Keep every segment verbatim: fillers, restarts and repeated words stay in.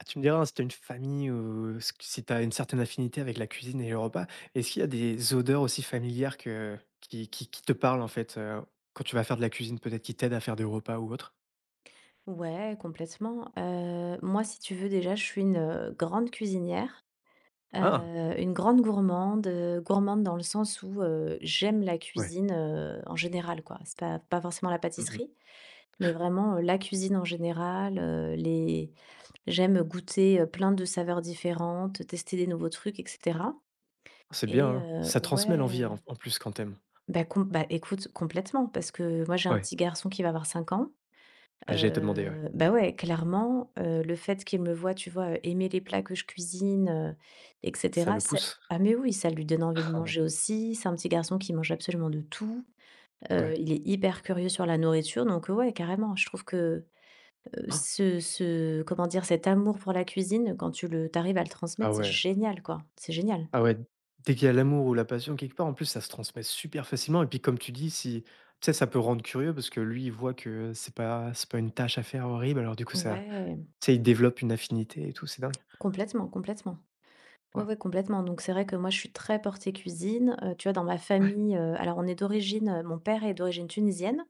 Ah, tu me diras, hein, si tu as une famille ou s si tu as une certaine affinité avec la cuisine et le repas, est-ce qu'il y a des odeurs aussi familières que qui qui qui te parlent, en fait, heu, quand tu vas faire de la cuisine, peut-être qui t'aident à faire des repas ou autre? Ouais, complètement. Heu, moi, si tu veux, déjà, je suis une, heu, grande cuisinière, heu, Ah! une grande gourmande, heu, gourmande dans le sens où, heu, j'aime la Ouais. cuisine, heu, en général, quoi. C'est pas pas forcément la Mmh mh. pâtisserie, mais vraiment, heu, la cuisine en général, heu, les j'aime goûter, heu, plein de saveurs différentes, tester des nouveaux trucs et cetera, C'est bien, et hein. heu, Ça transmet l'envie ouais, en en plus quand t'aimes. Aimes. bah, com bah, écoute, complètement, parce que moi, j'ai un Ouais. petit garçon qui va avoir cinq ans. Ah, j'allais te demander, ouais. Heu, bah, ouais, clairement, heu, le fait qu'il me voit, tu vois, heu, aimer les plats que je cuisine, heu et Ça cetera, le ça pousse? ah, mais oui, ça lui donne envie de Ah, manger aussi. C'est un petit garçon qui mange absolument de tout. Heu, ouais. Il est hyper curieux sur la nourriture, donc heu, ouais, carrément, je trouve que, heu, Ah ce ce comment dire? Cet amour pour la cuisine, quand tu le tu arrives à le ah transmettre, c'est ouais. génial, quoi. C'est génial. Ah ouais, dès qu'il y a l'amour ou la passion quelque part, en plus, ça se transmet super facilement et puis comme tu dis, si tu sais, ça peut rendre curieux parce que lui, il voit que c'est pas c'est pas une tâche à faire horrible, alors du coup ça. Ouais, Tu sais, ils développent une affinité et tout, c'est dingue. complètement, complètement. Ouais, Waouh. ouais, complètement. Donc c'est vrai que moi, je suis très portée cuisine. Heu, tu vois, dans ma Ouais. famille, heu, alors on est d'origine, heu, mon père est d'origine tunisienne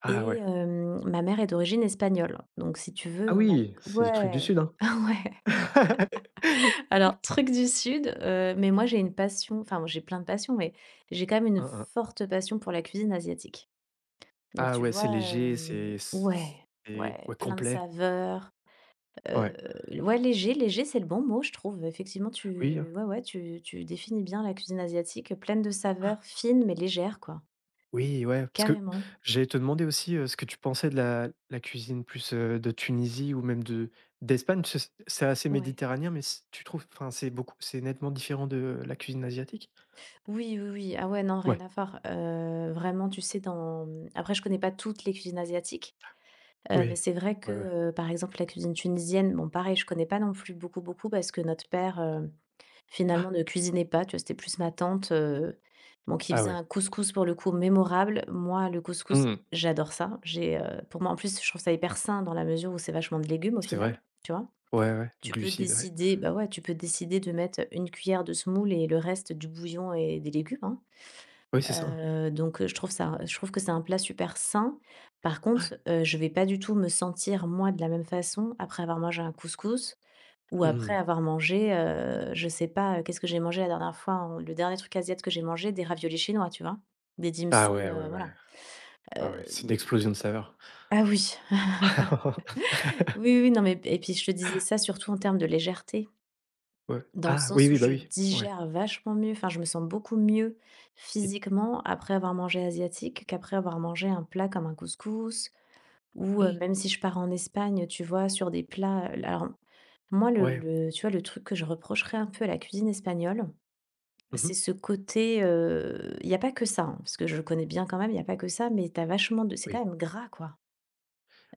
Ah et ouais. hem, ma mère est d'origine espagnole. Donc si tu veux, Ah on a oui, c'est des trucs du ouais, sud, hein. ouais. Alors truc du sud, heu, mais moi j'ai une passion, enfin moi j'ai plein de passions, mais j'ai quand même une Hein, hein. forte passion pour la cuisine asiatique. Donc Ah tu ouais, vois, c'est léger, hem c'est ouais, c'est ouais, ouais, plein de complet. saveurs. Heu, Ouais. Ouais, léger, léger, c'est le bon mot, je trouve. Effectivement, Oui, hein. tu ouais, ouais, tu tu définis bien la cuisine asiatique, pleine de saveurs fines mais légères, quoi. Oui, ouais, parce que Carrément, j'allais te demander aussi, heu, ce que tu pensais de la la cuisine plus, heu, de Tunisie ou même de d'Espagne, parce que c'est c'est assez ouais. méditerranéen, mais c tu trouves enfin, c'est beaucoup c'est nettement différent de euh, la cuisine asiatique? Oui, oui, oui. Ah ouais, non, rien Ouais. à voir. Heu, vraiment, tu sais, dans mmh, après, je connais pas toutes les cuisines asiatiques, heu, mais Oui. c'est vrai que, Ouais, ouais. heu, par exemple, la cuisine tunisienne, bon, pareil, je connais pas non plus beaucoup, beaucoup, parce que notre père, heu finalement, ne cuisinait pas, tu vois? C'était plus ma tante, heu, bon, qui Ah faisait ouais. un couscous pour le coup mémorable. Moi, le couscous, Mmh. j'adore ça. J'ai, heu, pour moi, en plus, je trouve ça hyper sain dans la mesure où c'est vachement de légumes au C'est final, vrai. tu vois? Ouais, ouais, Tu peux glucides, ouais. décider Bah, ouais, tu peux décider de mettre une cuillère de semoule et le reste du bouillon et des légumes, hein. Oui, c'est ça, hein. Heu, donc, heu, je trouve ça je trouve que c'est un plat super sain. Par contre, heu, je vais pas du tout me sentir moi de la même façon après avoir mangé un couscous ou après Mmh. avoir mangé, heu, je sais pas, heu, qu'est-ce que j'ai mangé la dernière fois, en le dernier truc asiatique que j'ai mangé, des raviolis chinois, tu vois? Des dim Ah sum, ouais, ouais, heu, ouais. voilà. Ah Heu, ouais, c'est une explosion de saveurs. ah oui. Oui, oui, non, mais et puis je te disais ça surtout en termes de légèreté, Ouais. dans le Ah oui, sens où oui, bah je oui, ouais digère vachement mieux, enfin je me sens beaucoup mieux et physiquement après avoir mangé asiatique qu'après avoir mangé un plat comme un couscous ou, heu, oui, même si je pars en Espagne, tu vois, sur des plats, euh, alors moi, le ouais. le tu vois, le truc que je reprocherais un peu à la cuisine espagnole, Mmh. c'est ce côté, il y a pas que ça, hein, parce que je le connais bien quand même, il y a pas que ça, mais t'as vachement de c'est Oui. quand même gras, quoi.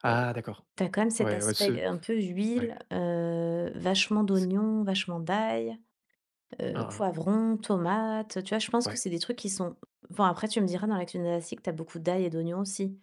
Ah d'accord. T'as quand même cet Ouais, ouais, ce aspect un peu ouais, huile, heu, vachement c d'oignons, vachement d'ail, heu, hein, hein, poivrons, tomates, tu vois? Je pense que ouais, c'est des trucs qui sont bon, après tu me diras, dans la cuisine asiatique, t'as beaucoup d'ail et d'oignons aussi,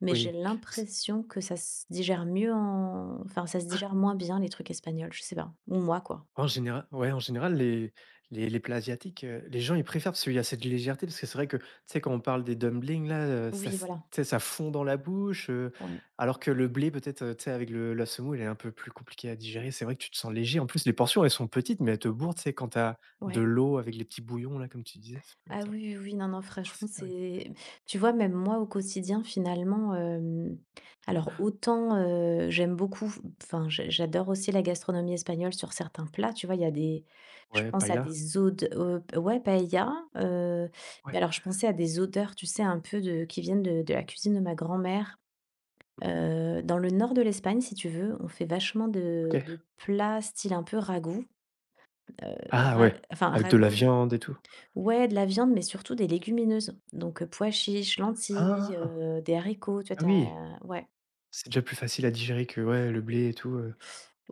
mais j'ai oui. l'impression que ça se digère mieux en enfin ça se digère moins bien les trucs espagnols, je sais pas, ou moi, quoi. En général, ouais, en général, les les les plats asiatiques, heu, les gens, ils préfèrent parce qu'il y a cette légèreté, parce que c'est vrai que, tu sais, quand on parle des dumplings là, heu, ça Oui, s voilà, tu sais, ça fond dans la bouche, heu, ouais, alors que le blé peut-être, heu, tu sais, avec le la semoule, elle est un peu plus compliquée à digérer. C'est vrai que tu te sens léger. En plus, les portions, elles sont petites, mais elles te bourrent, tu sais, quand t'as de ouais. l'eau avec les petits bouillons là, comme tu disais, ça peut Ah être, oui, oui, oui, non, non, oh, franchement, c'est dingue. c'est tu vois, même moi, au quotidien, finalement, hem, alors autant, heu, j'aime beaucoup, enfin, j'a j'adore aussi la gastronomie espagnole sur certains plats, tu vois? Il y a des Je Ouais, pense à paella, des odeurs, ouais, paella, heu, ouais. mais alors je pensais à des odeurs, tu sais, un peu, de qui viennent de de la cuisine de ma grand-mère. Mmh, Heu, dans le nord de l'Espagne, si tu veux, on fait vachement de OK. de plats style un peu ragoût, heu, Ah ra ouais, enfin avec de la ragoût. viande et tout. Ouais, de la viande, mais surtout des légumineuses. Donc, heu, pois chiches, lentilles, Ah! heu, des haricots, tu vois? Ah oui, Tu Ouais. c'est déjà plus facile à digérer que, ouais, le blé et tout, heu,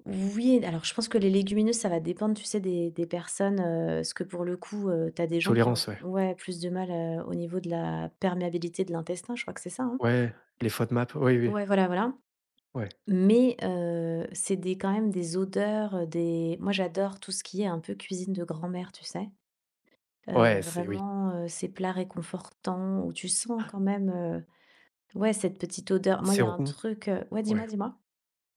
Oui, alors je pense que les légumineuses, ça va dépendre, tu sais, des des personnes, heu, parce que pour le coup, heu, tu des gens qui ont, tolérance, ouais. ouais, plus de mal, heu, au niveau de la perméabilité de l'intestin, je crois que c'est ça, hein? Ouais, les FODMAP, oui, oui, Ouais, voilà, voilà. ouais. Mais, heu, c'est des, quand même, des odeurs, heu, des moi j'adore tout ce qui est un peu cuisine de grand-mère, tu sais? Heu, Ouais, c'est oui, Vraiment, heu, ces plats réconfortants où tu sens quand même, euh, ouais, cette petite odeur. Moi, il c'est y a un rond, truc, heu ouais, ouais. dis-moi, dis-moi?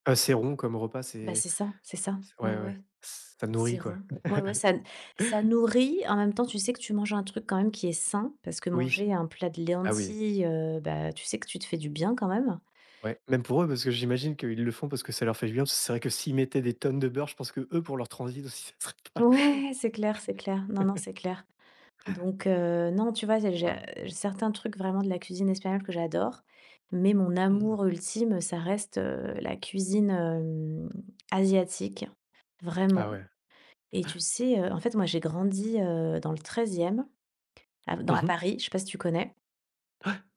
Heu, c'est rond comme repas, Bah, c'est c'est ça, c'est ça. c'est ouais, Ouais, ouais, ouais, ça nourrit, c'est quoi. rond. Ouais, ouais, ça ça nourrit. En même temps, tu sais que tu manges un truc quand même qui est sain, parce que Oui, manger un plat de ah oui, lentilles, heu, bah, tu sais que tu te fais du bien quand même. ouais, même pour eux, parce que j'imagine qu'ils le font parce que ça leur fait du bien, parce que c'est vrai que s'ils mettaient des tonnes de beurre, je pense que eux pour leur transit aussi, ça serait pas Ouais, c'est clair, c'est clair. Non, non, c'est clair. Donc, heu, non, tu vois, j'ai j'ai, waouh. euh, certains trucs vraiment de la cuisine espagnole que j'adore, mais mon Mmh. amour ultime, ça reste, heu, la cuisine, hem, asiatique, Ah vraiment. ouais. Et tu sais, heu, en fait, moi, j'ai grandi, heu, dans le treizième, à dans Mmh à mh. Paris, je sais pas si tu connais?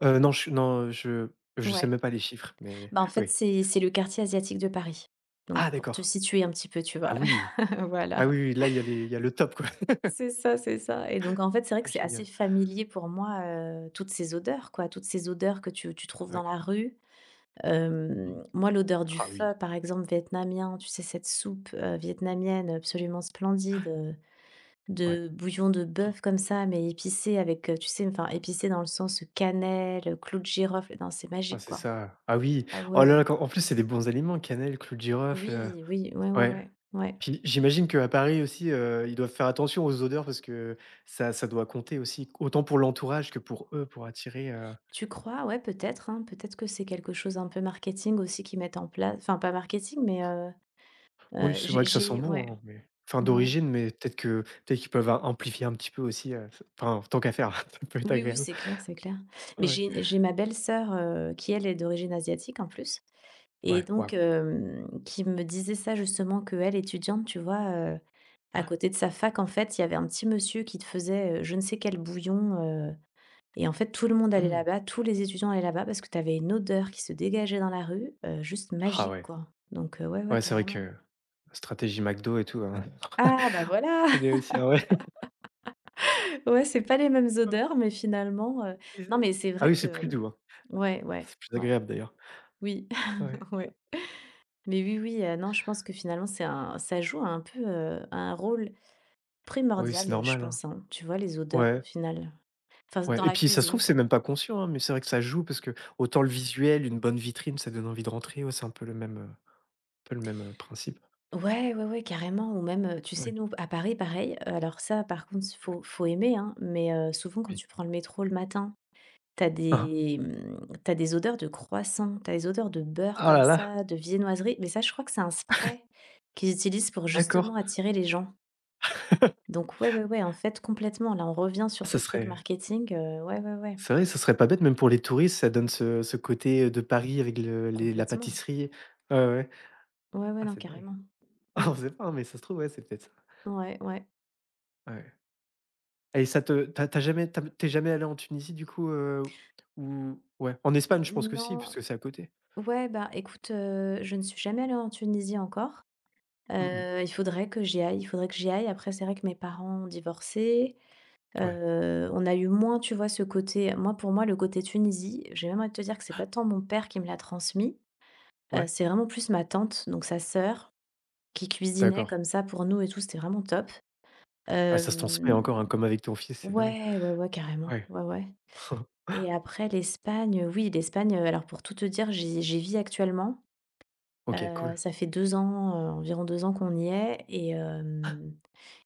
Euh, non, je non, je je sais Ouais. même pas les chiffres, mais Bah, en fait, oui. c'est c'est le quartier asiatique de Paris. Ah Donc pour te d'accord. situer un petit peu, tu vois? Ah oui. Voilà. Ah oui, oui, là, il y a les il y a le top, quoi. C'est ça, c'est ça. Et donc en fait, c'est vrai Ah que c'est assez génial, familier pour moi, heu, toutes ces odeurs, quoi, toutes ces odeurs que tu tu trouves dans la ouais. rue. Mmh. Hem, moi, l'odeur du Ah pho, oui, par exemple, vietnamien, tu sais, cette soupe, heu, vietnamienne absolument splendide, heu ouais. de bouillon de bœuf comme ça, mais épicé avec, heu, tu sais, enfin épicé dans le sens cannelle, heu, clou de girofle, non, c'est Ah magique, c'est quoi. ça. Ah oui. Ah Oh là là, ouais, quand en plus, c'est des bons aliments, cannelle, clou de girofle, heu, oui, oui, ouais, ouais, ouais. ouais, ouais. Puis j'imagine qu'à Paris aussi, heu, ils doivent faire attention aux odeurs parce que ça ça doit compter aussi, autant pour l'entourage que pour eux, pour attirer, heu Tu crois? Ouais, peut-être, hein, peut-être que c'est quelque chose un peu marketing aussi qu'ils mettent en place, enfin pas marketing, mais, heu oui, heu, c'est j'ai vrai que ça sent j'ai bon, ouais, hein, mais enfin ouais. d'origine, mais peut-être que peut-être qu'ils peuvent amplifier un petit peu aussi, heu, c enfin tant qu'à faire, ça peut être Oui, oui, agréable. c'est clair, c'est clair. Mais Ouais. j'ai j'ai ma belle-sœur, heu, qui, elle, est d'origine asiatique en plus, et Ouais, donc, waouh. hem, qui me disait ça justement, qu'elle étudiante, tu vois, euh, à côté de sa fac, en fait, il y avait un petit monsieur qui te faisait, heu, je ne sais quel bouillon, heu et en fait, tout le monde allait Mmh. là-bas, tous les étudiants allaient là-bas parce que tu avais une odeur qui se dégageait dans la rue, heu, juste Ah magique, ouais. quoi. Donc, heu, ouais, ouais, Ouais, c'est vrai carrément. que stratégie McDo et tout, hein. Ah bah, voilà! Je connais aussi, ah ouais. Ouais, c'est pas les mêmes odeurs, mais finalement, heu, non, mais c'est Ah vrai oui, c'est que, plus doux, hein. ouais, ouais, C'est plus ouais, agréable d'ailleurs. oui, Ouais. ouais. Mais oui, oui, heu, non, je pense que finalement, c'est un ça joue un peu, heu, un rôle Oui, c'est primordial, je normal, hein. pense, hein, tu vois, les odeurs, au Ouais, final. Enfin, ouais, dans et la puis ça se trouve, cuisine, c'est quoi. même pas conscient, hein, mais c'est vrai que ça joue parce que autant le visuel, une bonne vitrine, ça donne envie de rentrer, ouais, c'est un peu le même, heu, un peu le même, heu, principe. Ouais, ouais, ouais, carrément, ou même, heu, tu sais, Ouais, nous, à Paris, pareil, heu, alors ça, par contre, ouais, faut faut aimer, hein, mais heu, souvent, quand oui. tu prends le métro le matin, t'as Hein, hein. des, mmh, tu des odeurs de croissant, t'as des odeurs de beurre Oh comme là là, ça, de viennoiserie. Mais ça, je crois que c'est un spray qu'ils utilisent pour d'accord. justement attirer les gens. Donc, ouais, ouais, ouais, en fait, complètement, là, on revient sur ce Ça truc serait, marketing, heu, ouais, ouais, ouais, c'est vrai, ça serait pas bête même pour les touristes, ça donne ce ce côté, de Paris avec le les la complètement. pâtisserie. Ouais, ouais. Ouais, ouais, Ah, non, c'est dingue. carrément. Ah, Mmh. on sait pas, hein, mais ça se trouve, ouais, c'est peut-être ça. Ouais, ouais. Ouais. Et ça te t'as as jamais tu as jamais allé en Tunisie du coup, heu, ou ouais, en Espagne je pense que si, Non, parce que c'est à côté. ouais, bah, écoute, heu, je ne suis jamais allée en Tunisie encore. Mmh mh. Heu, il faudrait que j'y aille, il faudrait que j'y aille. Après, c'est vrai que mes parents ont divorcé. Ouais, Heu, on a eu moins, tu vois, ce côté moi, pour moi, le côté Tunisie, j'ai même envie de te dire que c'est pas tant mon père qui me l'a transmis, heu, ouais, c'est vraiment plus ma tante, donc sa sœur, qui cuisinait d'accord. comme ça pour nous et tout, c'était vraiment top. Ah ça se transmet Hem, encore, hein, comme avec ton fils, c'est dingue. ouais, ouais, ouais, carrément. Ouais. Ouais, ouais, et après l'Espagne, oui, l'Espagne, heu, alors pour tout te dire, j'y j'y vis actuellement. OK, Heu, cool. Ça fait deux ans, heu, environ deux ans qu'on y est, et hem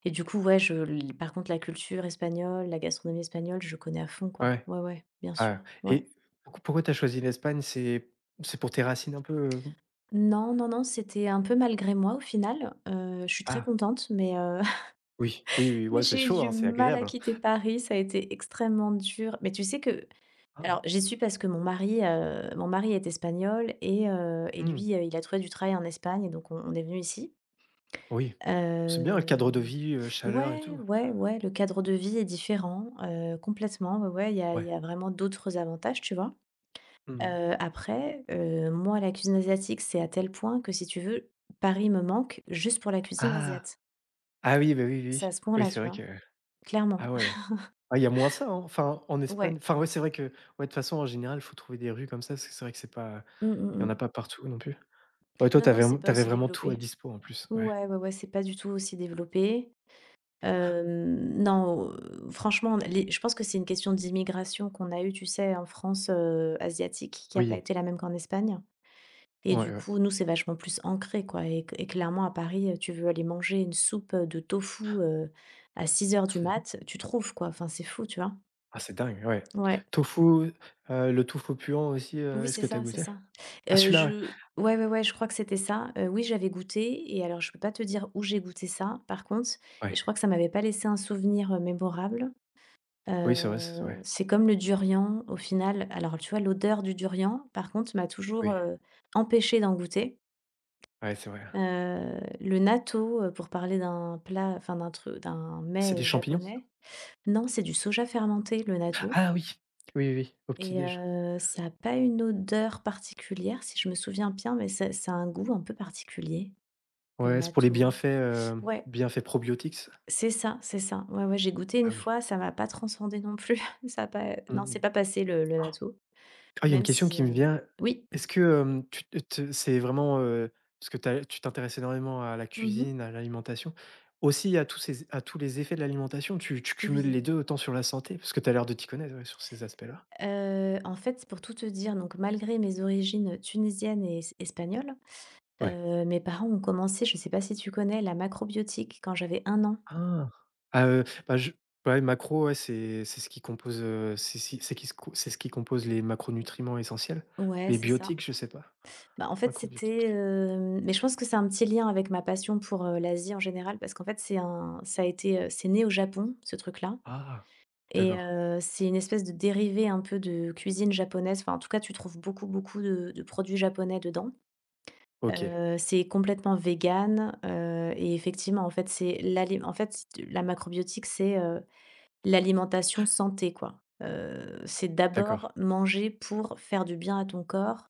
et du coup, ouais, je l par contre, la culture espagnole, la gastronomie espagnole, je connais à fond, quoi. Ouais. Ouais, ouais, bien Ah sûr, ouais. et pourquoi pourquoi t'as choisi l'Espagne? C'est c'est pour tes racines un peu, heu? Non, non, non, c'était un peu malgré moi, au final. Heu, je suis très Ah contente, mais heu, oui, oui, oui, mais ouais, c'est j'ai eu chaud, du hein, c'est mal à agréable, quitter hein. Paris, ça a été extrêmement dur. Mais tu sais que Ah alors, ah. j'y suis parce que mon mari, heu, mon mari est espagnol et heu et Mmh. lui, heu, il a trouvé du travail en Espagne et donc on on est venu ici. Oui. C'est bien, le cadre de Hem vie, heu, chaleur et Ouais, tout. ouais, ouais, le cadre de vie est différent, heu, complètement, ouais, ouais, il y a il y Ouais. a vraiment d'autres avantages, tu vois? Mmh. Heu, après, heu, moi, la cuisine asiatique, c'est à tel point que si tu veux, Paris me manque juste pour la cuisine Ah! asiate. Ah oui, bah, oui, oui. C'est à Oui, ce oui, point-là, c'est tu vrai vois? que Clairement. ah ouais. Ah, il y a moins ça, hein. Enfin, en Espagne Ouais. enfin, ouais, c'est vrai que ouais, de toute façon, en général, il faut trouver des rues comme ça, parce que c'est vrai que c'est pas Mmh mh, il y en mmh. a pas partout non plus. Ouais, toi, Non, non, t'avais c'est pas t'avais aussi vraiment tout à développé. dispo en plus, ouais. Ouais, ouais, ouais, c'est pas du tout aussi développé. Hem, non, heu, franchement, les je pense que c'est une question d'immigration qu'on a eue, tu sais, en France, heu, asiatique, qui n'a pas Oui, été la même qu'en Espagne. Et ouais, du ouais. coup, nous, c'est vachement plus ancré, quoi, et et clairement, à Paris, heu, tu veux aller manger une soupe, heu, de tofu, heu, à six heures du mat, tu trouves, quoi. Enfin, c'est fou, tu vois? Ah, c'est dingue, ouais. Ouais. Tofu, heu, le tofu puant aussi, heu, Oui, est-ce c'est que t'as ça, c'est goûté? ça. Ah, Heu, celui-là, ouais. je Ouais, ouais, ouais, je crois que c'était ça. Heu, oui, j'avais goûté et alors je peux pas te dire où j'ai goûté ça, par contre, et je Ouais. crois que ça m'avait pas laissé un souvenir, heu, mémorable. Oui, c'est vrai, c'est Heu, vrai. C'est comme le durian, au final. Alors, tu vois, l'odeur du durian, par contre, m'a toujours Oui, empêché d'en goûter. ouais, c'est vrai. Heu, le natto, heu, pour parler d'un plat, enfin d'un tru d'un C'est mets, des heu, champignons? japonais. Non, c'est du soja fermenté, le natto, Ah oui, oui, oui, oui, au petit et déj. heu, ça a pas une odeur particulière, si je me souviens bien, mais ça ça a un goût un peu particulier, le Ouais, c'est pour les natto. bienfaits, heu, Ouais, bienfaits probiotiques, ça? c'est ça, c'est ça. Ouais, ouais, j'ai goûté une Ah oui. fois, ça m'a pas transcendé non plus. Ça a pas, non, c'est Mmh. pas passé le le natto, Ah, il y a une même question si, qui me heu vient. oui. Est-ce que hem, tu te c'est vraiment, heu, parce que tu tu t'intéresses énormément à la Mmh. cuisine, à l'alimentation, aussi à tous ces à tous les effets de l'alimentation, tu tu cumules Oui. les deux autant sur la santé? Parce que tu as l'air de t'y connaître, ouais, sur ces aspects-là. Heu, en fait, pour tout te dire, donc malgré mes origines tunisiennes et es espagnoles. Ouais. Heu, mes parents ont commencé, je ne sais pas si tu connais la macrobiotique, quand j'avais un an. Ah! Ah, heu, bah, je ouais, macros, ouais, c'est c'est ce qui compose, heu, c'est si c'est qui se co c'est ce qui compose les macronutriments essentiels. Ouais, Mais c'est ça. biotiques, je sais pas. Bah, en fait, Macrobiotiques. c'était, hem mais je pense que c'est un petit lien avec ma passion pour, heu, l'Asie en général, parce qu'en fait, c'est un ça a été, heu, c'est né au Japon, ce truc-là, Ah! et D'accord. heu, c'est une espèce de dérivé un peu de cuisine japonaise. Enfin, en tout cas, tu trouves beaucoup, beaucoup de de produits japonais dedans. OK. Heu, c'est complètement vegan. Heu et effectivement, en fait, c'est l'alime en fait, la macrobiotique, c'est, heu l'alimentation santé, quoi. Heu, c'est d'abord D'accord. manger pour faire du bien à ton corps,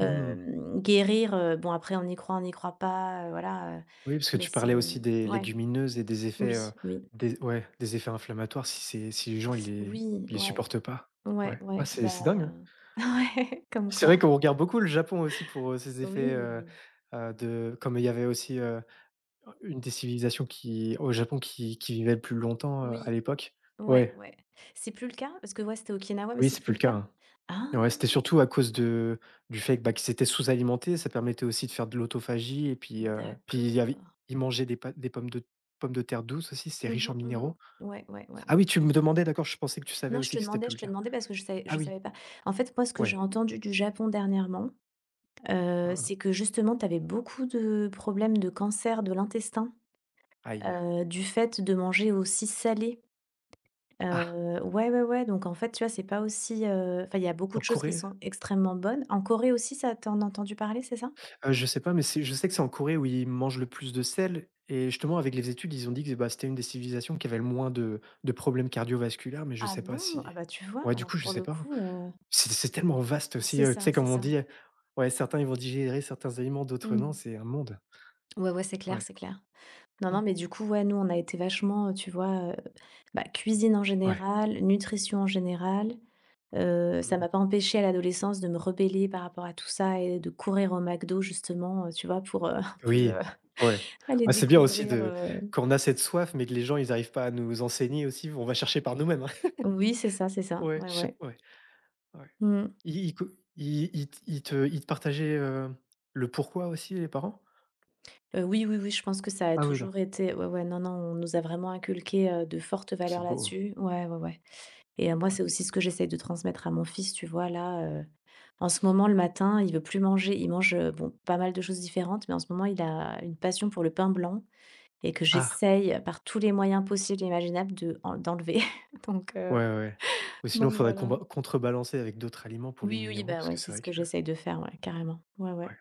Mmh. guérir, heu, bon, après on y croit, on n'y croit pas, heu, voilà, heu, Oui, parce que mais tu parlais c'est aussi des mmh, ouais, légumineuses et des effets, oui, heu, oui. des ouais, des effets inflammatoires si c'est si les gens ils les Oui, ils les ouais, supportent pas. ouais, Ouais. Ah ouais, c'est c'est dingue, bah, hein. ouais, comme C'est vrai quoi. qu'on regarde beaucoup le Japon aussi pour, heu, ses Oui, effets, heu heu, de comme il y avait aussi, heu, une des civilisations qui au Japon qui qui vivait plus longtemps, heu, à oui, l'époque. ouais, Ouais. ouais. C'est plus le cas? Parce que ouais, c'était Okinawa, mais Oui, c'est c'est plus plus le le cas, cas? hein. Ah! Ouais, c'était surtout à cause de du fait, que bah, qu'ils étaient sous-alimentés, ça permettait aussi de faire de l'autophagie et puis, heu, puis il y avait D'accord. ils mangeaient des pa des pommes de pommes de terre douces aussi, c'était Mmh riche en mh, mmh. minéraux. Ouais, ouais, ouais. Ah oui, tu me demandais, d'accord, je pensais que tu savais Non, je aussi te que c'était demandais plus je le te cas. demandais parce que je savais Ah je oui, savais pas. En fait, moi, ce que j'ai ouais, entendu du Japon dernièrement, heu, heu, c'est que justement, tu avais beaucoup de problèmes de cancer de l'intestin, aïe. heu, du fait de manger aussi salé. Ah, Heu, ouais, ouais, ouais, donc en fait, tu vois, c'est pas aussi, heu, enfin, il y a beaucoup en de choses qui Corée? sont extrêmement bonnes. En Corée aussi, ça, t'en as entendu parler, c'est ça? Heu, je sais pas, mais c'est je sais que c'est en Corée où ils mangent le plus de sel et justement avec les études, ils ont dit que, bah, c'était une des civilisations qui avait le moins de de problèmes cardiovasculaires, mais je Ah sais pas bon? Ah si bah, tu vois, ouais, du alors coup, je pour sais le pas, hein. coup, heu, C'est c'est tellement vaste aussi, c'est heu, tu ça, sais, c'est comme on ça. dit, heu, ouais, certains ils vont digérer certains aliments, d'autres non, Mmh. c'est un monde. Ouais, ouais, c'est clair, Ouais. c'est clair. Non, non, mais du coup, ouais, nous, on a été vachement, heu, tu vois, heu, bah, cuisine en Ouais. général, nutrition en général. Heu, ça Mmh. m'a pas empêché à l'adolescence de me rebeller par rapport à tout ça et de courir au McDo, justement, heu, tu vois, pour, heu, un peu, heu, Oui, ouais. aller Ah, c'est bien aussi découvrir, de heu quand on a cette soif, mais que les gens, ils arrivent pas à nous enseigner aussi, on va chercher par nous-mêmes, hein. oui, c'est ça, c'est ça. Ouais, Ouais, je sais ouais. ouais, ouais. Mmh. Ils ils co ils ils te ils te ils te partageaient, heu, le pourquoi aussi, les parents? Heu, oui, oui, oui, je pense que ça a Ah oui, non, toujours été, ouais, ouais, non, non, on nous a vraiment inculqué, heu, de fortes valeurs c'est beau, là-dessus. Ouais, ouais, ouais. Et heu, moi, ouais. c'est aussi ce que j'essaye de transmettre à mon fils, tu vois? Là, heu, en ce moment, le matin, il veut plus manger. Il mange, heu, bon, pas mal de choses différentes, mais en ce moment, il a une passion pour le pain blanc, et que Ah! j'essaye euh, par tous les moyens possibles et imaginables de en d'enlever. Donc Ouais, heu, ouais, ouais. Ou sinon, il donc faudrait voilà. comba contrebalancer avec d'autres aliments pour les Oui, oui, minéraux, bah, parce ouais, que c'est c'est ce vrai que que j'essaye de faire, ouais, carrément. Ouais, ouais. ouais,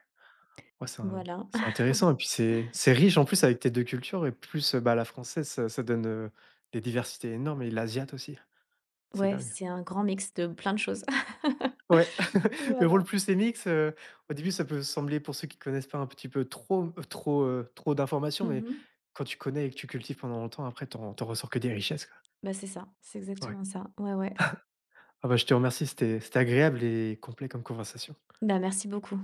ouais, c'est in Voilà. c'est intéressant et puis c'est c'est riche, en plus, avec tes deux cultures et plus, euh, bah, la française, ça ça donne, heu, des diversités énormes et l'asiate aussi. C'est Ouais, dingue. c'est un grand mix de plein de choses. Ouais. Le rôle Voilà. plus Mx, heu, au début, ça peut sembler, pour ceux qui connaissent pas, un petit peu trop heu, trop, heu, trop d'informations, mais Mmh. quand tu connais et que tu cultives pendant longtemps, après, tu en tu en ressors que des richesses, Bah, c'est ça, c'est quoi. Ouais. exactement ça. Ouais, ouais. Ah bah, je te remercie, c'était c'était agréable et complet comme conversation. Bah, merci beaucoup.